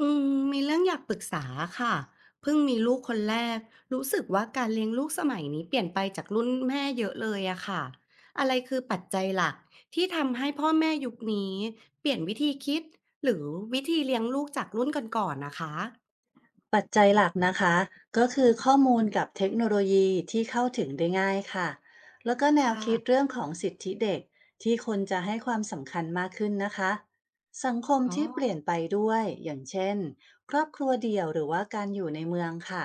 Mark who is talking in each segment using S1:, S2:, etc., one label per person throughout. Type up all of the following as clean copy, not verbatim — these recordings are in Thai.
S1: อืมมีเรื่องอยากปรึกษาค่ะเพิ่งมีลูกคนแรกรู้สึกว่าการเลี้ยงลูกสมัยนี้เปลี่ยนไปจากรุ่นแม่เยอะเลยอะค่ะอะไรคือปัจจัยหลักที่ทำให้พ่อแม่ยุคนี้เปลี่ยนวิธีคิดหรือวิธีเลี้ยงลูกจากรุ่นก่อนๆนะคะ
S2: ปัจจัยหลักนะคะก็คือข้อมูลกับเทคโนโลยีที่เข้าถึงได้ง่ายค่ะแล้วก็
S1: ค
S2: แนวคิดเรื่
S1: ่ะ
S2: องของสิทธิเด็กที่คนจะให้ความสำคัญมากขึ้นนะคะสังคม
S1: อ๋อ
S2: ที่เปลี่ยนไปด้วยอย่างเช่นครอบครัวเดี่ยวหรือว่าการอยู่ในเมืองค่ะ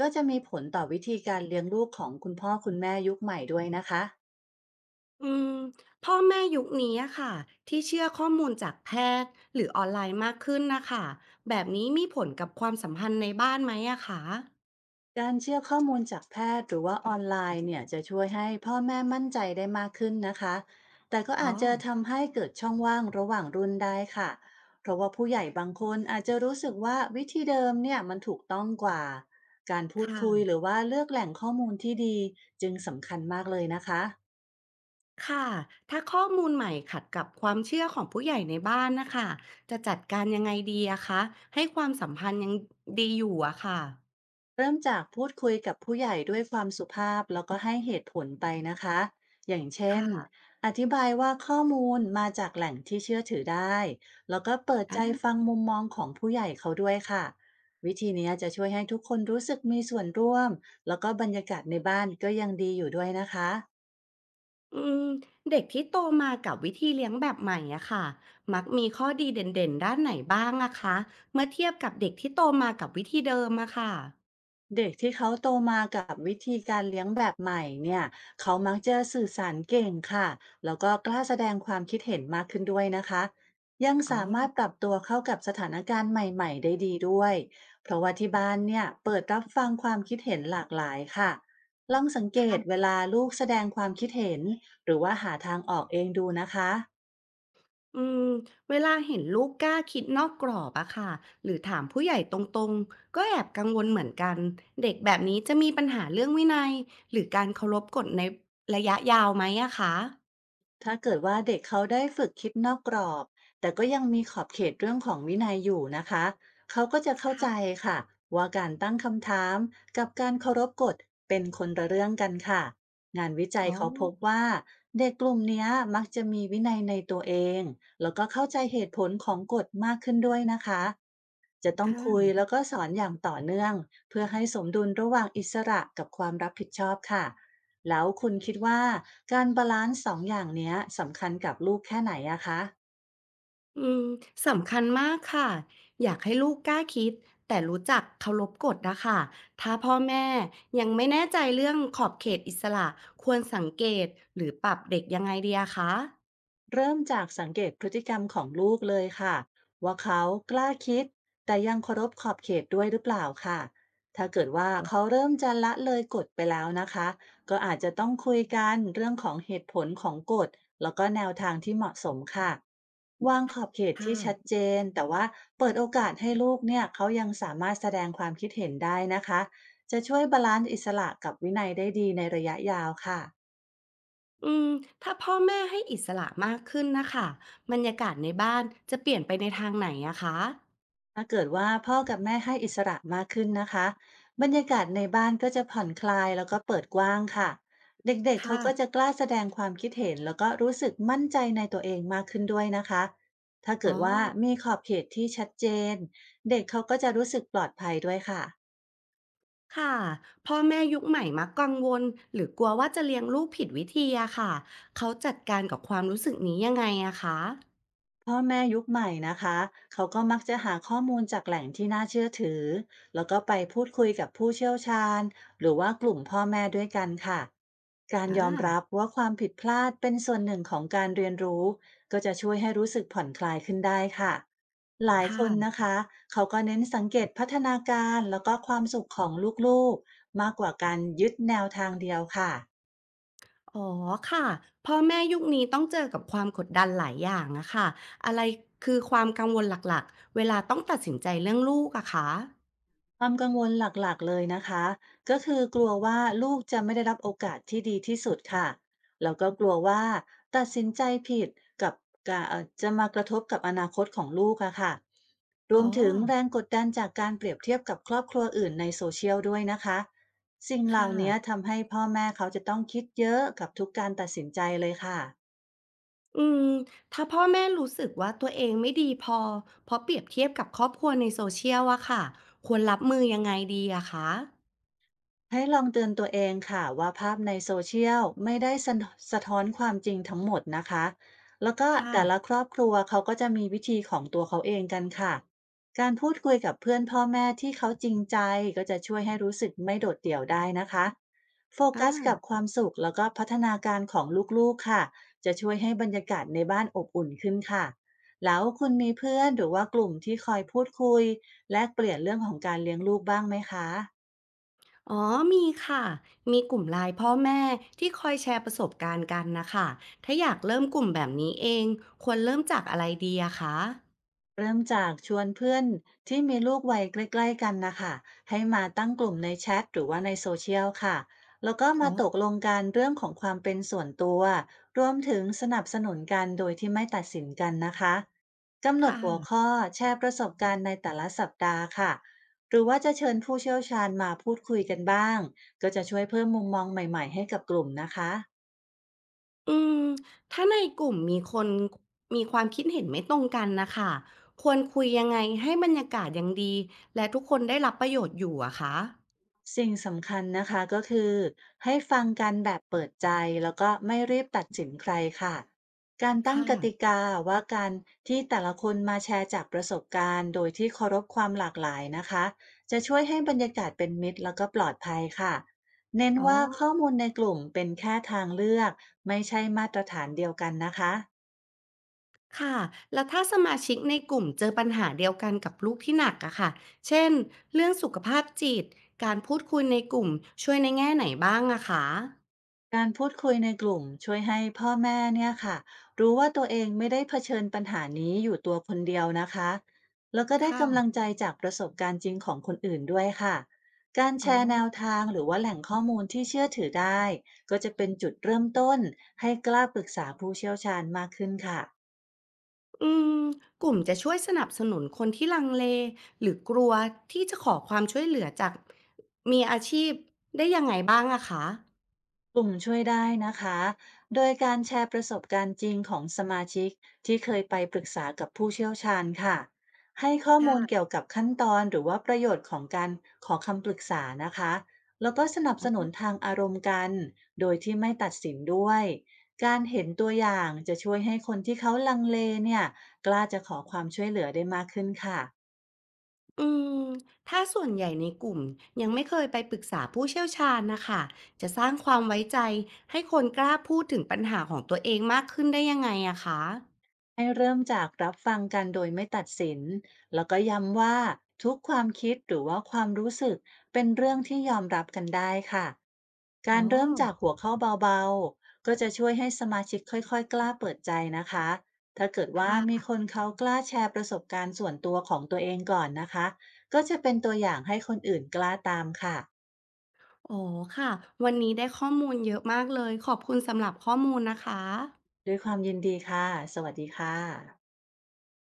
S2: ก็จะมีผลต่อวิธีการเลี้ยงลูกของคุณพ่อคุณแม่ยุคใหม่ด้วยนะคะ
S1: อืมพ่อแม่ยุคนี้อะค่ะที่เชื่อข้อมูลจากแพทย์หรือออนไลน์มากขึ้นนะคะแบบนี้มีผลกับความสัมพันธ์ในบ้านไหมอะคะ
S2: การเชื่อข้อมูลจากแพทย์หรือว่าออนไลน์เนี่ยจะช่วยให้พ่อแม่มั่นใจได้มากขึ้นนะคะแต่ก็
S1: อ๋อ
S2: อาจจะทำให้เกิดช่องว่างระหว่างรุ่นได้ค่ะเพราะว่าผู้ใหญ่บางคนอาจจะรู้สึกว่าวิธีเดิมเนี่ยมันถูกต้องกว่าการพู
S1: ค
S2: ดคุยห
S1: ่ะ
S2: รือว่าเลือกแหล่งข้อมูลที่ดีจึงสำคัญมากเลยนะคะ
S1: ค่ะถ้าข้อมูลใหม่ขัดกับความเชื่อของผู้ใหญ่ในบ้านนะคะจะจัดการยังไงดีอะคะให้ความสัมพันธ์ยังดีอยู่อะค่ะ
S2: เริ่มจากพูดคุยกับผู้ใหญ่ด้วยความสุภาพแล้วก็ให้เหตุผลไปนะคะอย่างเช่น
S1: ค่ะ
S2: อธิบายว่าข้อมูลมาจากแหล่งที่เชื่อถือได้แล้วก็เปิดใจ
S1: อ่ะ
S2: ฟังมุมมองของผู้ใหญ่เขาด้วยค่ะวิธีนี้จะช่วยให้ทุกคนรู้สึกมีส่วนร่วมแล้วก็บรรยากาศในบ้านก็ยังดีอยู่ด้วยนะคะ
S1: อืมเด็กที่โตมากับวิธีเลี้ยงแบบใหม่อะค่ะมักมีข้อดีเด่นๆด้านไหนบ้างอะคะเมื่อเทียบกับเด็กที่โตมากับวิธีเดิมอะค่ะ
S2: เด็กที่เขาโตมากับวิธีการเลี้ยงแบบใหม่เนี่ย เขามักจะสื่อสารเก่งค่ะแล้วก็กล้าแสดงความคิดเห็นมากขึ้นด้วยนะคะ ยัง
S1: อ๋อ
S2: สามารถปรับตัวเข้ากับสถานการณ์ใหม่ๆได้ดีด้วย เพราะว่าที่บ้านเนี่ยเปิดรับฟังความคิดเห็นหลากหลายค่ะลองสังเกตเวลาลูกแสดงความคิดเห็นหรือว่าหาทางออกเองดูนะคะ
S1: อืมเวลาเห็นลูกกล้าคิดนอกกรอบอะค่ะหรือถามผู้ใหญ่ตรงๆก็แอบกังวลเหมือนกันเด็กแบบนี้จะมีปัญหาเรื่องวินัยหรือการเคารพกฎในระยะยาวไหมอะคะ
S2: ถ้าเกิดว่าเด็กเขาได้ฝึกคิดนอกกรอบแต่ก็ยังมีขอบเขตเรื่องของวินัยอยู่นะคะเขาก็จะเข้าใจ
S1: ค่ะ
S2: ค่ะว่าการตั้งคำถามกับการเคารพกฎเป็นคนละเรื่องกันค่ะงานวิจั
S1: อ๋
S2: ย
S1: อ
S2: เขาพบว่าเด็กกลุ่มเนี้ยมักจะมีวินัยในตัวเองแล้วก็เข้าใจเหตุผลของกฎมากขึ้นด้วยนะคะ จะต้องคุย
S1: ค่ะ
S2: แล้วก็สอนอย่างต่อเนื่องเพื่อให้สมดุลระหว่างอิสระกับความรับผิดชอบค่ะแล้วคุณคิดว่าการบาลานซ์สองอย่างเนี้ยสำคัญกับลูกแค่ไหนอะคะ
S1: อืมสำคัญมากค่ะอยากให้ลูกกล้าคิดแต่รู้จักเคารพกฎนะคะถ้าพ่อแม่ยังไม่แน่ใจเรื่องขอบเขตอิสระควรสังเกตหรือปรับเด็กยังไงดีอะคะ
S2: เริ่มจากสังเกตพฤติกรรมของลูกเลยค่ะว่าเขากล้าคิดแต่ยังเคารพขอบเขตด้วยหรือเปล่าค่ะถ้าเกิดว่า
S1: อ๋
S2: เขา
S1: อ
S2: เริ่มจะละเลยกฎไปแล้วนะคะก็อาจจะต้องคุยกันเรื่องของเหตุผลของกฎแล้วก็แนวทางที่เหมาะสมค่ะวางขอบเขต
S1: ค่ะ
S2: ที่ชัดเจนแต่ว่าเปิดโอกาสให้ลูกเนี่ยเขายังสามารถแสดงความคิดเห็นได้นะคะจะช่วยบาลานซ์อิสระกับวินัยได้ดีในระยะยาวค่ะ
S1: อืมถ้าพ่อแม่ให้อิสระมากขึ้นนะค่ะบรรยากาศในบ้านจะเปลี่ยนไปในทางไหนอะคะ
S2: ถ้าเกิดว่าพ่อกับแม่ให้อิสระมากขึ้นนะคะบรรยากาศในบ้านก็จะผ่อนคลายแล้วก็เปิดกว้างค่ะเด็กๆเขา
S1: ค่ะ
S2: ก็จะกล้าแสดงความคิดเห็นแล้วก็รู้สึกมั่นใจในตัวเองมากขึ้นด้วยนะคะถ้า
S1: อ๋
S2: เกิ
S1: อ
S2: ดว่ามีขอบเขตที่ชัดเจนเด็กเขาก็จะรู้สึกปลอดภัยด้วยค่ะ
S1: ค่ะพ่อแม่ยุคใหม่มักกังวลหรือกลัวว่าจะเลี้ยงลูกผิดวิธีอะค่ะเขาจัดการกับความรู้สึกนี้ยังไงอะคะ
S2: พ่อแม่ยุคใหม่นะคะเขาก็มักจะหาข้อมูลจากแหล่งที่น่าเชื่อถือแล้วก็ไปพูดคุยกับผู้เชี่ยวชาญหรือว่ากลุ่มพ่อแม่ด้วยกันค่ะการยอม
S1: อา
S2: รับว่าความผิดพลาดเป็นส่วนหนึ่งของการเรียนรู้ก็จะช่วยให้รู้สึกผ่อนคลายขึ้นได้ค่ะหลา
S1: ค
S2: ยคนนะ
S1: ่ะ
S2: คะเขาก็เน้นสังเกตพัฒนาการแล้วก็ความสุขของลูกๆมากกว่าการยึดแนวทางเดียวค่ะ
S1: อ๋อค่ะพ่อแม่ยุคนี้ต้องเจอกับความกดดันหลายอย่างอะค่ะอะไรคือความกังวลหลักๆเวลาต้องตัดสินใจเรื่องลูกอะคะ
S2: ความกังวลหลักๆเลยนะคะก็คือกลัวว่าลูกจะไม่ได้รับโอกาสที่ดีที่สุดค่ะแล้วก็กลัวว่าตัดสินใจผิดกับกะเอ่อจะมากระทบกับอนาคตของลูกอะค่ะร
S1: อ๋อ
S2: วมถึงแรงกดดันจากการเปรียบเทียบกับครอบครัวอื่นในโซ o ช i ยลด้วยนะคะสิ่งเห
S1: ค่ะ
S2: ล่านี้ทำให้พ่อแม่เขาจะต้องคิดเยอะกับทุกการตัดสินใจเลยค่ะ
S1: อืมถ้าพ่อแม่รู้สึกว่าตัวเองไม่ดีพอเพราะเปรียบเทียบกับครอบครัวในโซเชียลอะค่ะควรรับมือยังไงดีอะคะ
S2: ให้ลองเตือนตัวเองค่ะว่าภาพในโซเชียลไม่ได้สะท้อนความจริงทั้งหมดนะคะแล้วก็
S1: ค
S2: แต่ละ
S1: ่ะ
S2: ครอบครัวเขาก็จะมีวิธีของตัวเขาเองกันค่ะการพูดคุยกับเพื่อนพ่อแม่ที่เขาจริงใจก็จะช่วยให้รู้สึกไม่โดดเดี่ยวได้นะคะโฟกัสกั
S1: อา
S2: บความสุขแล้วก็พัฒนาการของลูกๆค่ะจะช่วยให้บรรยากาศในบ้านอบอุ่นขึ้นค่ะแล้วคุณมีเพื่อนหรือว่ากลุ่มที่คอยพูดคุยแลกเปลี่ยนเรื่องของการเลี้ยงลูกบ้างไหมคะ
S1: อ๋อมีค่ะมีกลุ่มไลน์พ่อแม่ที่คอยแชร์ประสบการณ์กันนะคะถ้าอยากเริ่มกลุ่มแบบนี้เองควรเริ่มจากอะไรดีอะคะ
S2: เริ่มจากชวนเพื่อนที่มีลูกวัยใกล้ๆกันนะคะให้มาตั้งกลุ่มในแชทหรือว่าในโซเชียลค่ะแล้วก็
S1: อ๋
S2: มาตก
S1: อ
S2: ลงกันเรื่องของความเป็นส่วนตัวรวมถึงสนับสนุนกันโดยที่ไม่ตัดสินกันนะคะกำห
S1: ค
S2: นดหัว
S1: ่ะ
S2: ข้อแชร์ประสบการณ์ในแต่ละสัปดาห์ค่ะหรือว่าจะเชิญผู้เชี่ยวชาญมาพูดคุยกันบ้างก็จะช่วยเพิ่มมุมมองใหม่ๆให้กับกลุ่มนะคะ
S1: อืมถ้าในกลุ่มมีคนมีความคิดเห็นไม่ตรงกันนะคะควรคุยยังไงให้บรรยากาศยังดีและทุกคนได้รับประโยชน์อยู่อะคะ
S2: สิ่งสำคัญนะคะก็คือให้ฟังกันแบบเปิดใจแล้วก็ไม่รีบตัดสินใครค่ะการตั้ง
S1: ค่ะ
S2: กติกาว่าการที่แต่ละคนมาแชร์จากประสบการณ์โดยที่เคารพความหลากหลายนะคะจะช่วยให้บรรยากาศเป็นมิตรแล้วก็ปลอดภัยค่ะเน้น
S1: อ๋อ
S2: ว่าข้อมูลในกลุ่มเป็นแค่ทางเลือกไม่ใช่มาตรฐานเดียวกันนะคะ
S1: ค่ะ แล้วถ้าสมาชิกในกลุ่มเจอปัญหาเดียวกันกับลูกที่หนักอะค่ะเช่นเรื่องสุขภาพจิตการพูดคุยในกลุ่มช่วยในแง่ไหนบ้างอะคะ
S2: การพูดคุยในกลุ่มช่วยให้พ่อแม่เนี่ยค่ะรู้ว่าตัวเองไม่ได้เผชิญปัญหานี้อยู่ตัวคนเดียวนะคะแล้วก็ได้
S1: ค่ะ
S2: กำลังใจจากประสบการณ์จริงของคนอื่นด้วยค่ะการ
S1: อ๋
S2: แชร์แน
S1: อ
S2: วทางหรือว่าแหล่งข้อมูลที่เชื่อถือได้ก็จะเป็นจุดเริ่มต้นให้กล้าปรึกษาผู้เชี่ยวชาญมากขึ้นค่ะ
S1: อืมกลุ่มจะช่วยสนับสนุนคนที่ลังเลหรือกลัวที่จะขอความช่วยเหลือจากมีอาชีพได้ยังไงบ้างอะคะ
S2: กลุ่มช่วยได้นะคะโดยการแชร์ประสบการณ์จริงของสมาชิกที่เคยไปปรึกษากับผู้เชี่ยวชาญค่ะให้ข้อมูลเกี่ย
S1: ค่
S2: วกับขั้นตอนหรือว่าประโยชน์ของการขอคำปรึกษานะคะแล้วก็สนับส
S1: ะ
S2: นุนทางอารมณ์กันโดยที่ไม่ตัดสินด้วยการเห็นตัวอย่างจะช่วยให้คนที่เขาลังเลเนี่ยกล้าจะขอความช่วยเหลือได้มากขึ้นค่ะ
S1: อืมถ้าส่วนใหญ่ในกลุ่มยังไม่เคยไปปรึกษาผู้เชี่ยวชาญนะคะจะสร้างความไว้ใจให้คนกล้าพูดถึงปัญหาของตัวเองมากขึ้นได้ยังไงอะคะ
S2: ให้เริ่มจากรับฟังกันโดยไม่ตัดสิน แล้วก็ย้ำว่าทุกความคิดหรือว่าความรู้สึกเป็นเรื่องที่ยอมรับกันได้ค่ะ
S1: อ๋อ
S2: การเริ่มจากหัวข้อเบาๆก็จะช่วยให้สมาชิกค่อยๆกล้าเปิดใจนะคะถ้าเกิดว่า
S1: ค่
S2: มี
S1: ะ
S2: คนเขากล้าแชร์ประสบการณ์ส่วนตัวของตัวเองก่อนนะคะก็จะเป็นตัวอย่างให้คนอื่นกล้าตามค่ะ
S1: อ๋อค่ะวันนี้ได้ข้อมูลเยอะมากเลยขอบคุณสำหรับข้อมูลนะคะ
S2: ด้วยความยินดีค่ะสวัสดีค่ะ